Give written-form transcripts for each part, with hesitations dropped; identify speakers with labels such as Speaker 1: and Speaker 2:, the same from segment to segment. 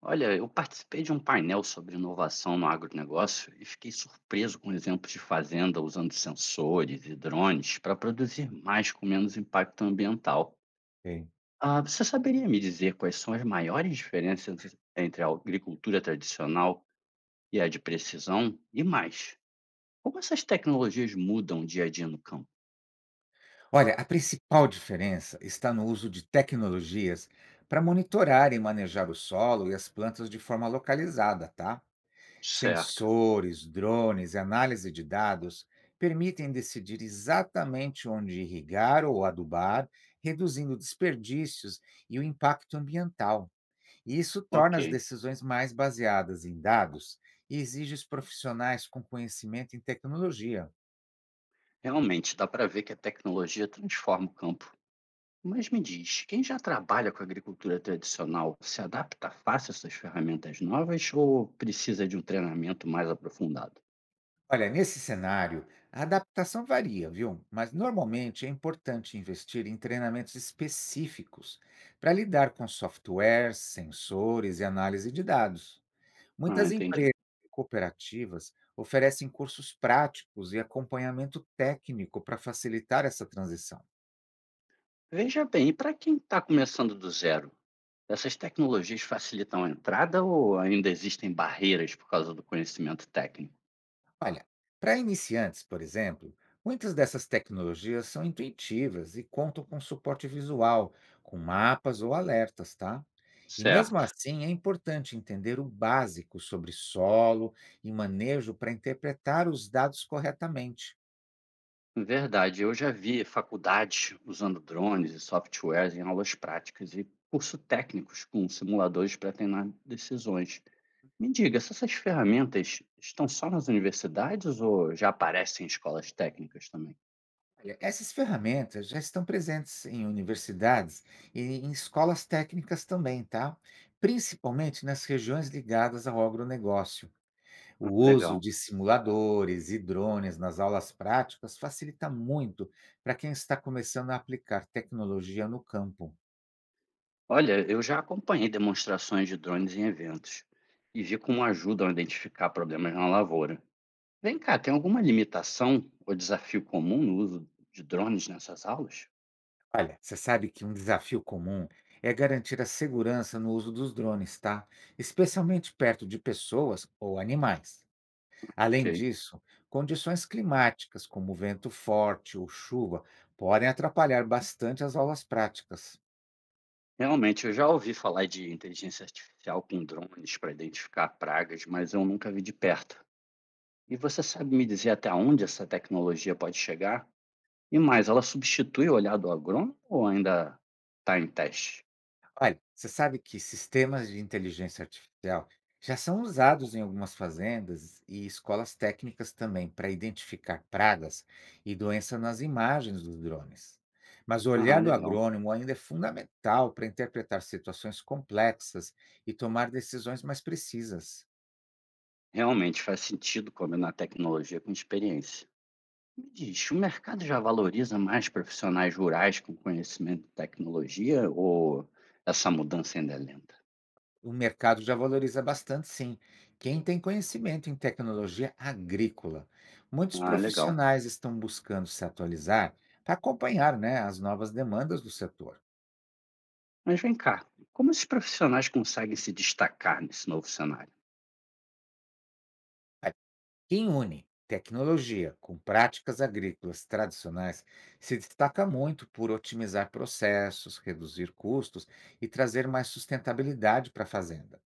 Speaker 1: Olha, eu participei de um painel sobre inovação no agronegócio e fiquei surpreso com exemplos de fazenda usando sensores e drones para produzir mais com menos impacto ambiental.
Speaker 2: Sim.
Speaker 1: Ah, você saberia me dizer quais são as maiores diferenças entre a agricultura tradicional e a de precisão? E mais, como essas tecnologias mudam o dia a dia no campo?
Speaker 2: Olha, a principal diferença está no uso de tecnologias para monitorar e manejar o solo e as plantas de forma localizada, tá?
Speaker 1: Certo,
Speaker 2: Sensores, drones e análise de dados permitem decidir exatamente onde irrigar ou adubar, reduzindo desperdícios e o impacto ambiental. E isso
Speaker 1: ok.
Speaker 2: torna as decisões mais baseadas em dados e exige os profissionais com conhecimento em tecnologia.
Speaker 1: Realmente, dá para ver que a tecnologia transforma o campo. Mas me diz, quem já trabalha com agricultura tradicional se adapta fácil a essas ferramentas novas ou precisa de um treinamento mais aprofundado?
Speaker 2: Olha, nesse cenário, a adaptação varia, viu? Mas normalmente é importante investir em treinamentos específicos para lidar com softwares, sensores e análise de dados.
Speaker 1: Ah,
Speaker 2: Muitas
Speaker 1: entendi.
Speaker 2: empresas e cooperativas oferecem cursos práticos e acompanhamento técnico para facilitar essa transição.
Speaker 1: Veja bem, e para quem está começando do zero, essas tecnologias facilitam a entrada ou ainda existem barreiras por causa do conhecimento técnico?
Speaker 2: Olha, para iniciantes, por exemplo, muitas dessas tecnologias são intuitivas e contam com suporte visual, com mapas ou alertas, tá? E mesmo
Speaker 1: Certo.
Speaker 2: assim, é importante entender o básico sobre solo e manejo para interpretar os dados corretamente.
Speaker 1: Verdade, eu já vi faculdades usando drones e softwares em aulas práticas e curso técnicos com simuladores para treinar decisões. Me diga, se essas ferramentas estão só nas universidades ou já aparecem em escolas técnicas também?
Speaker 2: Olha, essas ferramentas já estão presentes em universidades e em escolas técnicas também, tá? Principalmente nas regiões ligadas ao agronegócio.
Speaker 1: Ah,
Speaker 2: O uso
Speaker 1: legal.
Speaker 2: de simuladores e drones nas aulas práticas facilita muito para quem está começando a aplicar tecnologia no campo.
Speaker 1: Olha, eu já acompanhei demonstrações de drones em eventos e vi como ajudam a identificar problemas na lavoura. Vem cá, tem alguma limitação ou desafio comum no uso de drones nessas aulas?
Speaker 2: Olha, você sabe que um desafio comum é garantir a segurança no uso dos drones, tá? Especialmente perto de pessoas ou animais.
Speaker 1: Ok.
Speaker 2: Além disso, condições climáticas, como vento forte ou chuva, podem atrapalhar bastante as aulas práticas.
Speaker 1: Realmente, eu já ouvi falar de inteligência artificial com drones para identificar pragas, mas eu nunca vi de perto. E você sabe me dizer até onde essa tecnologia pode chegar? E mais, ela substitui o olhar do agrônomo ou ainda está em teste?
Speaker 2: Olha, você sabe que sistemas de inteligência artificial já são usados em algumas fazendas e escolas técnicas também para identificar pragas e doenças nas imagens dos drones. Mas o
Speaker 1: Ah,
Speaker 2: olhar do
Speaker 1: legal.
Speaker 2: agrônomo ainda é fundamental para interpretar situações complexas e tomar decisões mais precisas.
Speaker 1: Realmente faz sentido combinar tecnologia com experiência. Me diz, o mercado já valoriza mais profissionais rurais com conhecimento de tecnologia ou essa mudança ainda é lenta?
Speaker 2: O mercado já valoriza bastante, sim, quem tem conhecimento em tecnologia agrícola. Muitos
Speaker 1: Ah, legal.
Speaker 2: profissionais estão buscando se atualizar para acompanhar, né, as novas demandas do setor.
Speaker 1: Mas vem cá, como esses profissionais conseguem se destacar nesse novo cenário?
Speaker 2: Aí, quem une tecnologia com práticas agrícolas tradicionais se destaca muito por otimizar processos, reduzir custos e trazer mais sustentabilidade para a fazenda.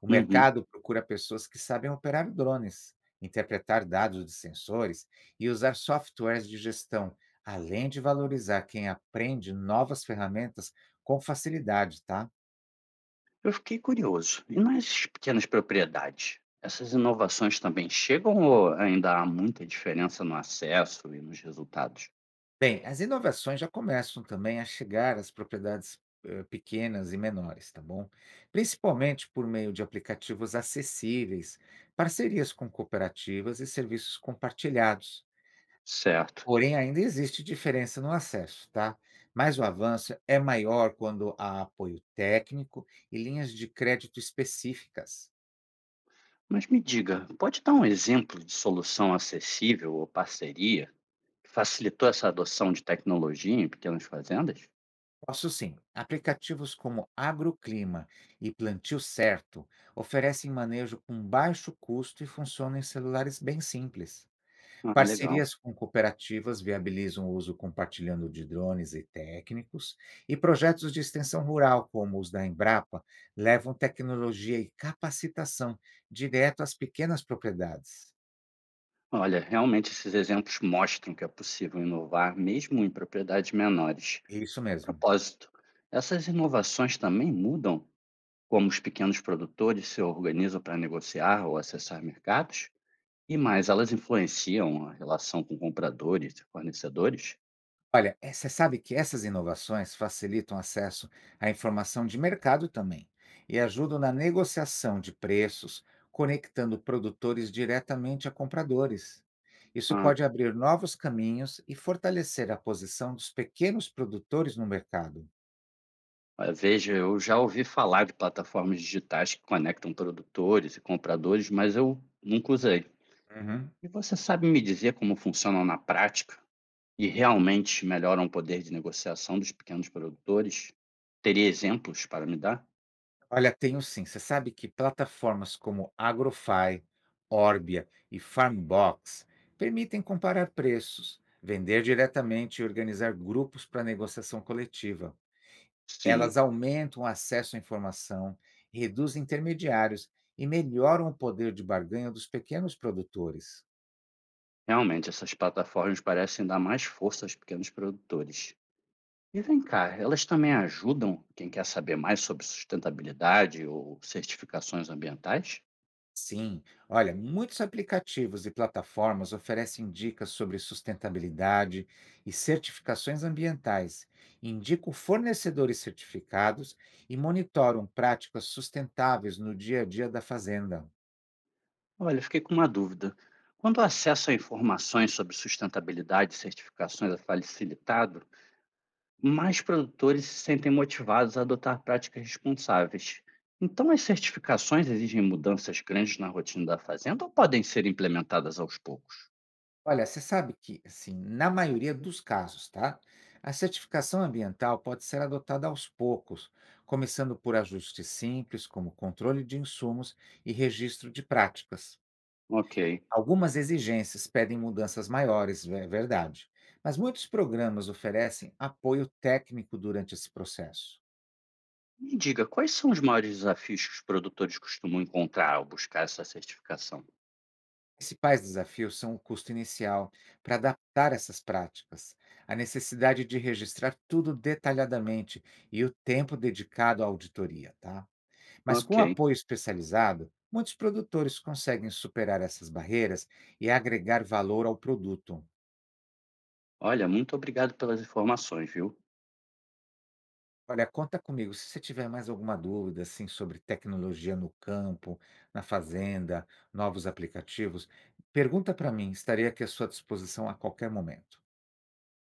Speaker 2: O
Speaker 1: Uhum.
Speaker 2: mercado procura pessoas que sabem operar drones, interpretar dados de sensores e usar softwares de gestão, além de valorizar quem aprende novas ferramentas com facilidade, tá?
Speaker 1: Eu fiquei curioso, e nas pequenas propriedades, essas inovações também chegam ou ainda há muita diferença no acesso e nos resultados?
Speaker 2: Bem, as inovações já começam também a chegar às propriedades pequenas e menores, tá bom? Principalmente por meio de aplicativos acessíveis, parcerias com cooperativas e serviços compartilhados.
Speaker 1: Certo.
Speaker 2: Porém, ainda existe diferença no acesso, tá? Mas o avanço é maior quando há apoio técnico e linhas de crédito específicas.
Speaker 1: Mas me diga, pode dar um exemplo de solução acessível ou parceria que facilitou essa adoção de tecnologia em pequenas fazendas?
Speaker 2: Posso sim, aplicativos como Agroclima e Plantio Certo oferecem manejo com baixo custo e funcionam em celulares bem simples.
Speaker 1: Ah, legal.
Speaker 2: Parcerias com cooperativas viabilizam o uso compartilhando de drones e técnicos, e projetos de extensão rural, como os da Embrapa, levam tecnologia e capacitação direto às pequenas propriedades.
Speaker 1: Olha, realmente esses exemplos mostram que é possível inovar mesmo em propriedades menores.
Speaker 2: É isso
Speaker 1: A
Speaker 2: mesmo.
Speaker 1: propósito, essas inovações também mudam como os pequenos produtores se organizam para negociar ou acessar mercados? E mais, elas influenciam a relação com compradores e fornecedores?
Speaker 2: Olha, você sabe que essas inovações facilitam acesso à informação de mercado também e ajudam na negociação de preços, conectando produtores diretamente a compradores. Isso
Speaker 1: Ah,
Speaker 2: pode abrir novos caminhos e fortalecer a posição dos pequenos produtores no mercado.
Speaker 1: veja, eu já ouvi falar de plataformas digitais que conectam produtores e compradores, mas eu nunca usei.
Speaker 2: Uhum.
Speaker 1: E você sabe me dizer como funcionam na prática e realmente melhoram o poder de negociação dos pequenos produtores? Teria exemplos para me dar?
Speaker 2: Olha, tenho sim. Você sabe que plataformas como Agrofy, Orbia e Farmbox permitem comparar preços, vender diretamente e organizar grupos para negociação coletiva.
Speaker 1: Sim,
Speaker 2: Elas aumentam o acesso à informação, reduzem intermediários e melhoram o poder de barganha dos pequenos produtores.
Speaker 1: realmente essas plataformas parecem dar mais força aos pequenos produtores. E vem cá, elas também ajudam quem quer saber mais sobre sustentabilidade ou certificações ambientais?
Speaker 2: Sim, olha, muitos aplicativos e plataformas oferecem dicas sobre sustentabilidade e certificações ambientais, indicam fornecedores certificados e monitoram práticas sustentáveis no dia a dia da fazenda.
Speaker 1: Olha, fiquei com uma dúvida. Quando o acesso a informações sobre sustentabilidade e certificações é facilitado, mais produtores se sentem motivados a adotar práticas responsáveis. Então, as certificações exigem mudanças grandes na rotina da fazenda ou podem ser implementadas aos poucos?
Speaker 2: Olha, você sabe que, assim, na maioria dos casos, tá? A certificação ambiental pode ser adotada aos poucos, começando por ajustes simples, como controle de insumos e registro de práticas.
Speaker 1: Ok.
Speaker 2: Algumas exigências pedem mudanças maiores, é verdade, mas muitos programas oferecem apoio técnico durante esse processo.
Speaker 1: Me diga, quais são os maiores desafios que os produtores costumam encontrar ao buscar essa certificação?
Speaker 2: Principais desafios são o custo inicial para adaptar essas práticas, a necessidade de registrar tudo detalhadamente e o tempo dedicado à auditoria, tá? Mas
Speaker 1: Ok.
Speaker 2: com apoio especializado, muitos produtores conseguem superar essas barreiras e agregar valor ao produto.
Speaker 1: Olha, muito obrigado pelas informações, viu?
Speaker 2: Olha, conta comigo. Se você tiver mais alguma dúvida assim sobre tecnologia no campo, na fazenda, novos aplicativos, pergunta para mim, estarei aqui à sua disposição a qualquer momento.